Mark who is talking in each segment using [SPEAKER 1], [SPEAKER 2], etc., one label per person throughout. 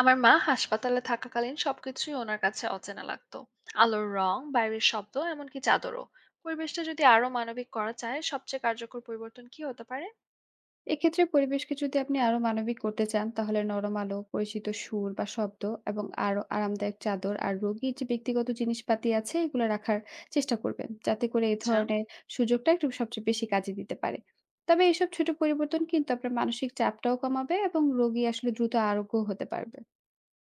[SPEAKER 1] আমার মা হাসপাতালে থাকাকালীন সবকিছুই ওনার কাছে অচেনা লাগতো। আলোর রং, বাইরের শব্দ, এমনকি চাদরও। পরিবেশটা যদি আরো মানবিক করা চায়, সবচেয়ে কার্যকর পরিবর্তন কি হতে পারে?
[SPEAKER 2] এক্ষেত্রে পরিবেশকে যদি আপনি আরো মানবিক করতে চান তাহলে নরম আলো, পরিচিত সুর বা শব্দ এবং আরো আরামদায়ক চাদর আর রোগীর যে ব্যক্তিগত জিনিসপাতি আছে এগুলো রাখার চেষ্টা করবেন যাতে করে এই
[SPEAKER 1] আচ্ছা।
[SPEAKER 2] ধরনের সুযোগটা একটু সবচেয়ে বেশি কাজে দিতে পারে। তবে এইসব ছোট পরিবর্তন কিন্তু আপনার মানসিক চাপটাও কমাবে এবং রোগী আসলে দ্রুত আরোগ্য হতে পারবে।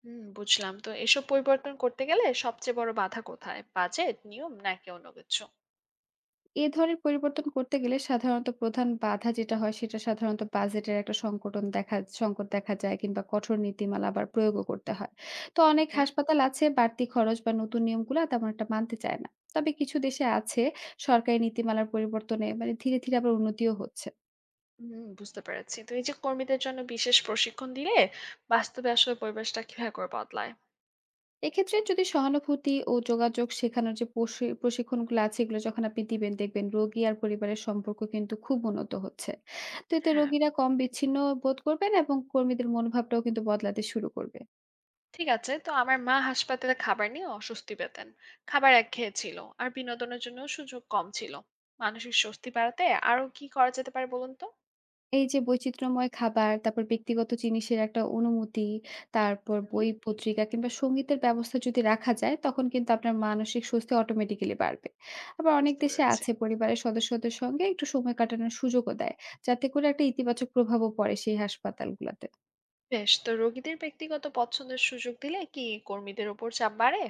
[SPEAKER 1] হুম, বুঝলাম। তো এসব পরিবর্তন করতে গেলে সবচেয়ে বড় বাধা কোথায়? বাজেট, নিয়ম নাকি অন্য কিছু?
[SPEAKER 2] এ ধরনের পরিবর্তন করতে গেলে সাধারণত প্রধান বাধা যেটা হয় সেটা সাধারণত বাজেটের একটা সংকট দেখা যায় কিংবা কঠোর নীতিমালা আবার প্রয়োগও করতে হয়। তো অনেক
[SPEAKER 1] ওকে।
[SPEAKER 2] হাসপাতাল আছে বাড়তি খরচ বা নতুন নিয়মগুলা তেমন একটা মানতে চায় না। তবে কিছু দেশে আছে সরকারি নীতিমালার পরিবর্তনে মানে ধীরে, ধীরে আবার উন্নতিও হচ্ছে।
[SPEAKER 1] হুম, বুঝতে পেরেছি। তো এই যে কর্মীদের জন্য বিশেষ প্রশিক্ষণ দিলে বাস্তবে আসলে পরিবেশটা কিভাবে করে বদলায়?
[SPEAKER 2] এক্ষেত্রে যদি সহানুভূতি ও যোগাযোগ শেখানোর যে প্রশিক্ষণগুলো আছে এগুলো যখন আপনি দিবেন দেখবেন রোগী আর পরিবারের সম্পর্ক কিন্তু খুব উন্নত হচ্ছে। তো এতে
[SPEAKER 1] হ্যাঁ,
[SPEAKER 2] রোগীরা কম বিচ্ছিন্ন বোধ করবেন এবং কর্মীদের মনোভাবটাও কিন্তু বদলাতে শুরু করবে।
[SPEAKER 1] ঠিক আছে। তো আমার মা হাসপাতালে খাবার নিয়ে অস্বস্তি পেতেন, খাবার একঘেয়ে ছিল আর বিনোদনের জন্য সুযোগ কম ছিল। মানসিক স্বস্তি বাড়াতে আরো কি করা যেতে পারে বলুন তো।
[SPEAKER 2] এই যে বৈচিত্র্যময় খাবার, তারপর ব্যক্তিগত জিনিসের একটা অনুমতি, তারপর
[SPEAKER 1] হুম,
[SPEAKER 2] বই, পত্রিকা কিংবা সঙ্গীতের ব্যবস্থা যদি রাখা যায়, তখন কিন্তু আপনার মানসিক স্বস্তি অটোমেটিক্যালি বাড়বে। আবার অনেক
[SPEAKER 1] বুঝতে
[SPEAKER 2] দেশে
[SPEAKER 1] পেরেছি।
[SPEAKER 2] আছে পরিবারের সদস্যদের সঙ্গে একটু সময় কাটানোর সুযোগও দেয়, যাতে করে একটা ইতিবাচক প্রভাবও পড়ে সেই হাসপাতালগুলাতে।
[SPEAKER 1] বেশ, তো রোগীদের ব্যক্তিগত পছন্দের সুযোগ দিলে কি কর্মীদের ওপর চাপ বাড়ে?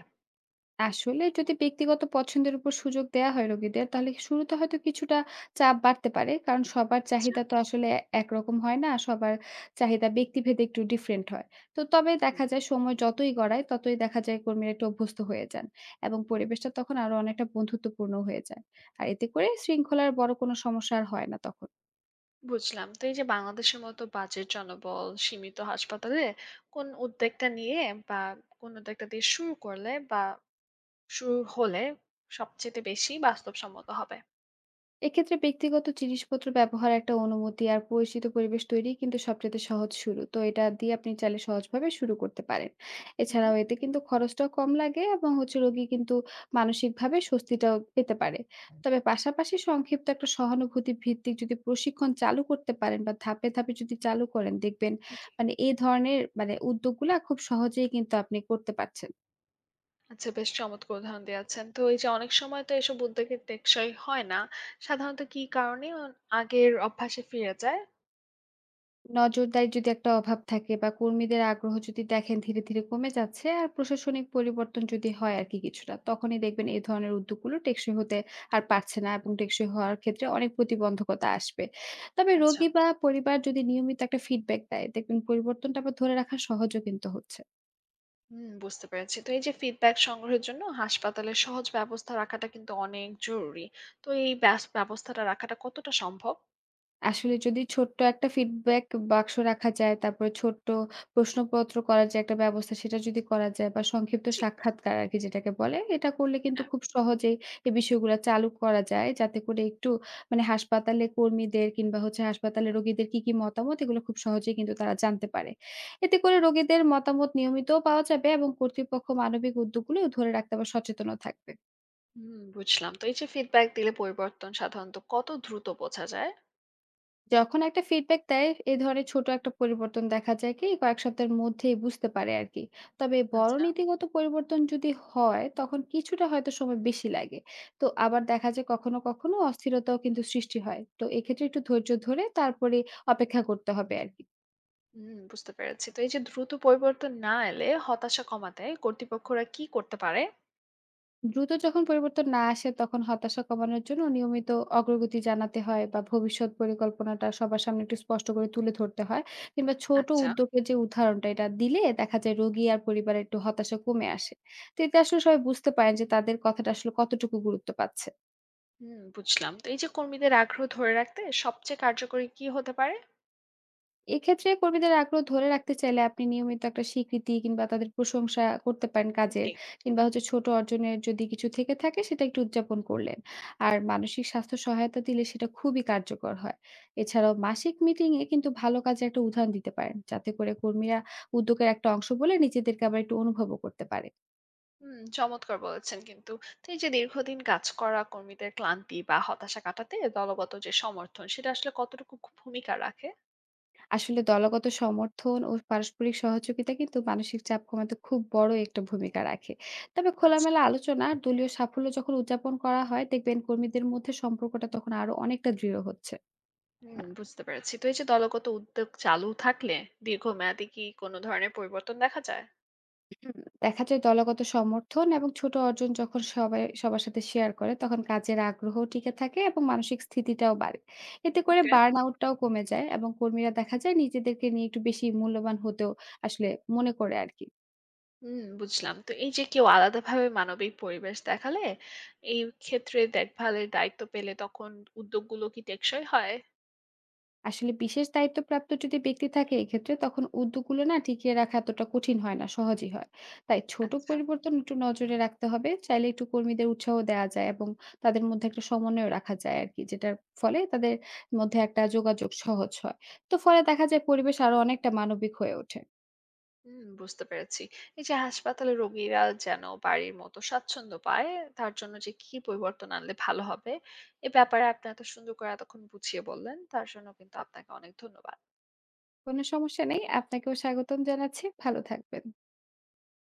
[SPEAKER 2] আসলে যদি ব্যক্তিগত পছন্দের উপর সুযোগ দেয়া হয় রোগীদের তাহলে শুরুতে হয়তো কিছুটা চাপ বাড়তে পারে, কারণ সবার
[SPEAKER 1] আচ্ছা।
[SPEAKER 2] চাহিদা তো আসলে একরকম হয় না। সবার চাহিদা ব্যক্তিভেদে একটু ডিফারেন্ট হয়। তো তবে
[SPEAKER 1] হুম,
[SPEAKER 2] দেখা যায় সময় যতই গড়ায় ততই দেখা যায় কর্মীরা একটু অভ্যস্ত হয়ে যান এবং পরিবেশটা তখন আরো অনেকটা বন্ধুত্বপূর্ণ হয়ে যায়। আর এতে করে শৃঙ্খলার বড় কোনো সমস্যা আর হয় না তখন।
[SPEAKER 1] বুঝলাম। তো এই যে বাংলাদেশের মতো বাজেট জনবল সীমিত হাসপাতালে কোন উদ্যোগটা নিয়ে, বা কোন উদ্যোগটা দিয়ে শুরু করলে বা শুরু হলে সবচেয়ে বেশি বাস্তবসম্মত হবে?
[SPEAKER 2] এক্ষেত্রে ব্যক্তিগত জিনিসপত্র ব্যবহার একটা অনুমতি আর পরিচিত পরিবেশ তৈরি কিন্তু সবচেয়ে সহজ শুরু, তো এটা দিয়ে আপনি চাইলে সহজভাবে শুরু করতে পারেন।
[SPEAKER 1] হুম।
[SPEAKER 2] এছাড়াও এতে কিন্তু খরচটাও কম লাগে এবং হচ্ছে রোগী কিন্তু মানসিকভাবে স্বস্তিটাও পেতে পারে। তবে পাশাপাশি সংক্ষিপ্ত একটা সহানুভূতি ভিত্তিক যদি প্রশিক্ষণ চালু করতে পারেন বা ধাপে ধাপে যদি চালু করেন দেখবেন
[SPEAKER 1] জি।
[SPEAKER 2] এই ধরনের উদ্যোগগুলা খুব সহজেই কিন্তু আপনি করতে পারছেন।
[SPEAKER 1] আচ্ছা, বেশ চমৎকার উদাহরণ দিয়েছেন। তো এই যে অনেক সময় তো এসব উদ্যোগের টেকসই হয় না। সাধারণত কি কারণে আগের অভ্যাসে ফিরে যায়?
[SPEAKER 2] নজরদারির যদি একটা অভাব থাকে বা কর্মীদের আগ্রহ যদি দেখেন ধীরে ধীরে কমে যাচ্ছে আর প্রশাসনিক পরিবর্তন যদি হয় আর কি কিছুটা, তখনই দেখবেন এই ধরনের উদ্যোগগুলো টেকসই হতে আর পারছে না এবং টেকসই হওয়ার ক্ষেত্রে অনেক প্রতিবন্ধকতা আসবে। তবে
[SPEAKER 1] আচ্ছা,
[SPEAKER 2] রোগী বা পরিবার যদি নিয়মিত একটা ফিডব্যাক দেয় দেখবেন পরিবর্তনটা আবার ধরে রাখা সহজও কিন্তু হচ্ছে।
[SPEAKER 1] হুম, বুঝতে পেরেছি। তো এই যে ফিডব্যাক সংগ্রহের জন্য হাসপাতালে সহজ ব্যবস্থা রাখাটা কিন্তু অনেক জরুরি। তো এই ব্যবস্থাটা রাখাটা কতটা সম্ভব?
[SPEAKER 2] আসলে যদি ছোট্ট একটা ফিডব্যাক বাক্স রাখা যায়, তারপরে ছোট্ট প্রশ্নপত্র করার যে একটা ব্যবস্থা সেটা যদি করা যায় বা সংক্ষিপ্ত
[SPEAKER 1] জি,
[SPEAKER 2] সাক্ষাৎকার আরকি যেটাকে বলে, এটা করলে কিন্তু
[SPEAKER 1] হ্যাঁ,
[SPEAKER 2] খুব সহজেই এই বিষয়গুলা চালু করা যায়। যাতে করে একটু হাসপাতালে কর্মীদের কিংবা হচ্ছে হাসপাতালে রোগীদের কি, কি মতামত এগুলো খুব সহজেই কিন্তু তারা জানতে পারে। এতে করে রোগীদের মতামত নিয়মিতও পাওয়া যাবে এবং কর্তৃপক্ষ মানবিক উদ্যোগগুলো ধরে রাখতে আবার সচেতনও থাকবে।
[SPEAKER 1] হুম, বুঝলাম। তো এই যে ফিডব্যাক দিলে পরিবর্তন সাধারণত কত দ্রুত বোঝা যায়?
[SPEAKER 2] যখন একটা ফিডব্যাক দেয় এই ধরনের ছোট একটা পরিবর্তন দেখা যায় কি কয়েক সপ্তাহের মধ্যেই বুঝতে পারে আর কি। তবে বড়
[SPEAKER 1] আচ্ছা,
[SPEAKER 2] নীতিগত পরিবর্তন যদি হয় তখন কিছুটা হয়তো সময় বেশি লাগে। তো আবার দেখা যায় কখনো কখনো অস্থিরতাও কিন্তু সৃষ্টি হয়, তো এক্ষেত্রে একটু ধৈর্য ধরে তারপরে অপেক্ষা করতে হবে আর কি।
[SPEAKER 1] হুম, বুঝতে পেরেছি। তো এই যে দ্রুত পরিবর্তন না এলে হতাশা কমাতে কর্তৃপক্ষরা কি করতে পারে?
[SPEAKER 2] দ্রুত যখন পরিবর্তন না আসে তখন হতাশা কমানোর জন্য নিয়মিত অগ্রগতি জানাতে হয় বা ভবিষ্যৎ পরিকল্পনাটা সবার সামনে একটু স্পষ্ট করে তুলে ধরতে হয়, কিংবা ছোট
[SPEAKER 1] আচ্ছা।
[SPEAKER 2] উদ্যোগের যে উদাহরণটা এটা দিলে দেখা যায় রোগী আর পরিবারে একটু হতাশা কমে আসে। তো এতে আসলে সবাই বুঝতে পারেন যে তাদের কথাটা আসলে কতটুকু গুরুত্ব পাচ্ছে।
[SPEAKER 1] হুম, বুঝলাম। তো এই যে কর্মীদের আগ্রহ ধরে রাখতে সবচেয়ে কার্যকরী কি হতে পারে?
[SPEAKER 2] এক্ষেত্রে কর্মীদের আগ্রহ ধরে রাখতে চাইলে আপনি নিয়মিত একটা স্বীকৃতি কিংবা তাদের প্রশংসা করতে পারেন কাজের,
[SPEAKER 1] জি।
[SPEAKER 2] কিংবা হচ্ছে ছোট অর্জনের যদি কিছু থেকে থাকে সেটা একটু উদযাপন করলেন আর মানসিক স্বাস্থ্য সহায়তা দিলে সেটা খুবই কার্যকর হয়। এছাড়াও মাসিক মিটিং এ কিন্তু ভালো কাজে একটা উদাহরণ দিতে পারেন যাতে করে কর্মীরা উদ্যোগের একটা অংশ বলে নিজেদেরকে আবার একটু অনুভবও করতে পারে।
[SPEAKER 1] হুম, চমৎকার বলেছেন কিন্তু। তো এই যে দীর্ঘদিন কাজ করা কর্মীদের ক্লান্তি বা হতাশা কাটাতে দলগত যে সমর্থন সেটা আসলে কতটুকু ভূমিকা রাখে?
[SPEAKER 2] আসলে দলগত সমর্থন ও পারস্পরিক সহযোগিতা কিন্তু মানসিক চাপ কমাতে খুব বড় একটা ভূমিকা রাখে। তবে
[SPEAKER 1] আচ্ছা।
[SPEAKER 2] খোলামেলা আলোচনা আর দলীয় সাফল্য যখন উদযাপন করা হয় দেখবেন কর্মীদের মধ্যে সম্পর্কটা তখন আরো অনেকটা দৃঢ় হচ্ছে।
[SPEAKER 1] হুম, বুঝতে পেরেছি। তো এই যে দলগত উদ্যোগ চালু থাকলে দীর্ঘমেয়াদী কি কোনো ধরনের পরিবর্তন দেখা যায়?
[SPEAKER 2] হুম, দেখা যায় দলগত সমর্থন এবং ছোট অর্জন যখন সবাই সবার সাথে শেয়ার করে তখন কাজের আগ্রহ টিকে থাকে এবং মানসিক স্থিতিটাও বাড়ে। এতে করে
[SPEAKER 1] ওকে।
[SPEAKER 2] বার্ন আউটটাও কমে যায় এবং কর্মীরা দেখা যায় নিজেদেরকে নিয়ে একটু বেশি মূল্যবান হতেও আসলে মনে করে আর কি।
[SPEAKER 1] হুম, বুঝলাম। তো এই যে কেউ আলাদাভাবে মানবিক পরিবেশ দেখালে এই ক্ষেত্রে দেখভালের দায়িত্ব পেলে তখন উদ্যোগগুলো কি টেকসই হয়?
[SPEAKER 2] আসলে বিশেষ দায়িত্বপ্রাপ্ত যদি ব্যক্তি থাকে এক্ষেত্রে তখন উদ্যোগগুলো না টিকিয়ে রাখা এতটা কঠিন হয় না, সহজই হয়। তাই ছোট
[SPEAKER 1] আচ্ছা।
[SPEAKER 2] পরিবর্তন একটু নজরে রাখতে হবে, চাইলে একটু কর্মীদের উৎসাহ দেওয়া যায় এবং তাদের মধ্যে একটা সমন্বয় রাখা যায় আর কি, যেটার ফলে তাদের মধ্যে একটা যোগাযোগ সহজ হয়। তো ফলে দেখা যায় পরিবেশ আরো অনেকটা মানবিক হয়ে ওঠে।
[SPEAKER 1] হুম, বুঝতে পেরেছি। এই যে হাসপাতালে রোগীরা যেন বাড়ির মতো স্বাচ্ছন্দ্য পায়, তার জন্য যে কি পরিবর্তন আনলে ভালো হবে, এ ব্যাপারে আপনি এত সুন্দর করে এতক্ষণ বুঝিয়ে বললেন, তার জন্য কিন্তু আপনাকে অনেক ধন্যবাদ।
[SPEAKER 2] কোনো সমস্যা নেই, আপনাকেও স্বাগতম জানাচ্ছি, ভালো থাকবেন।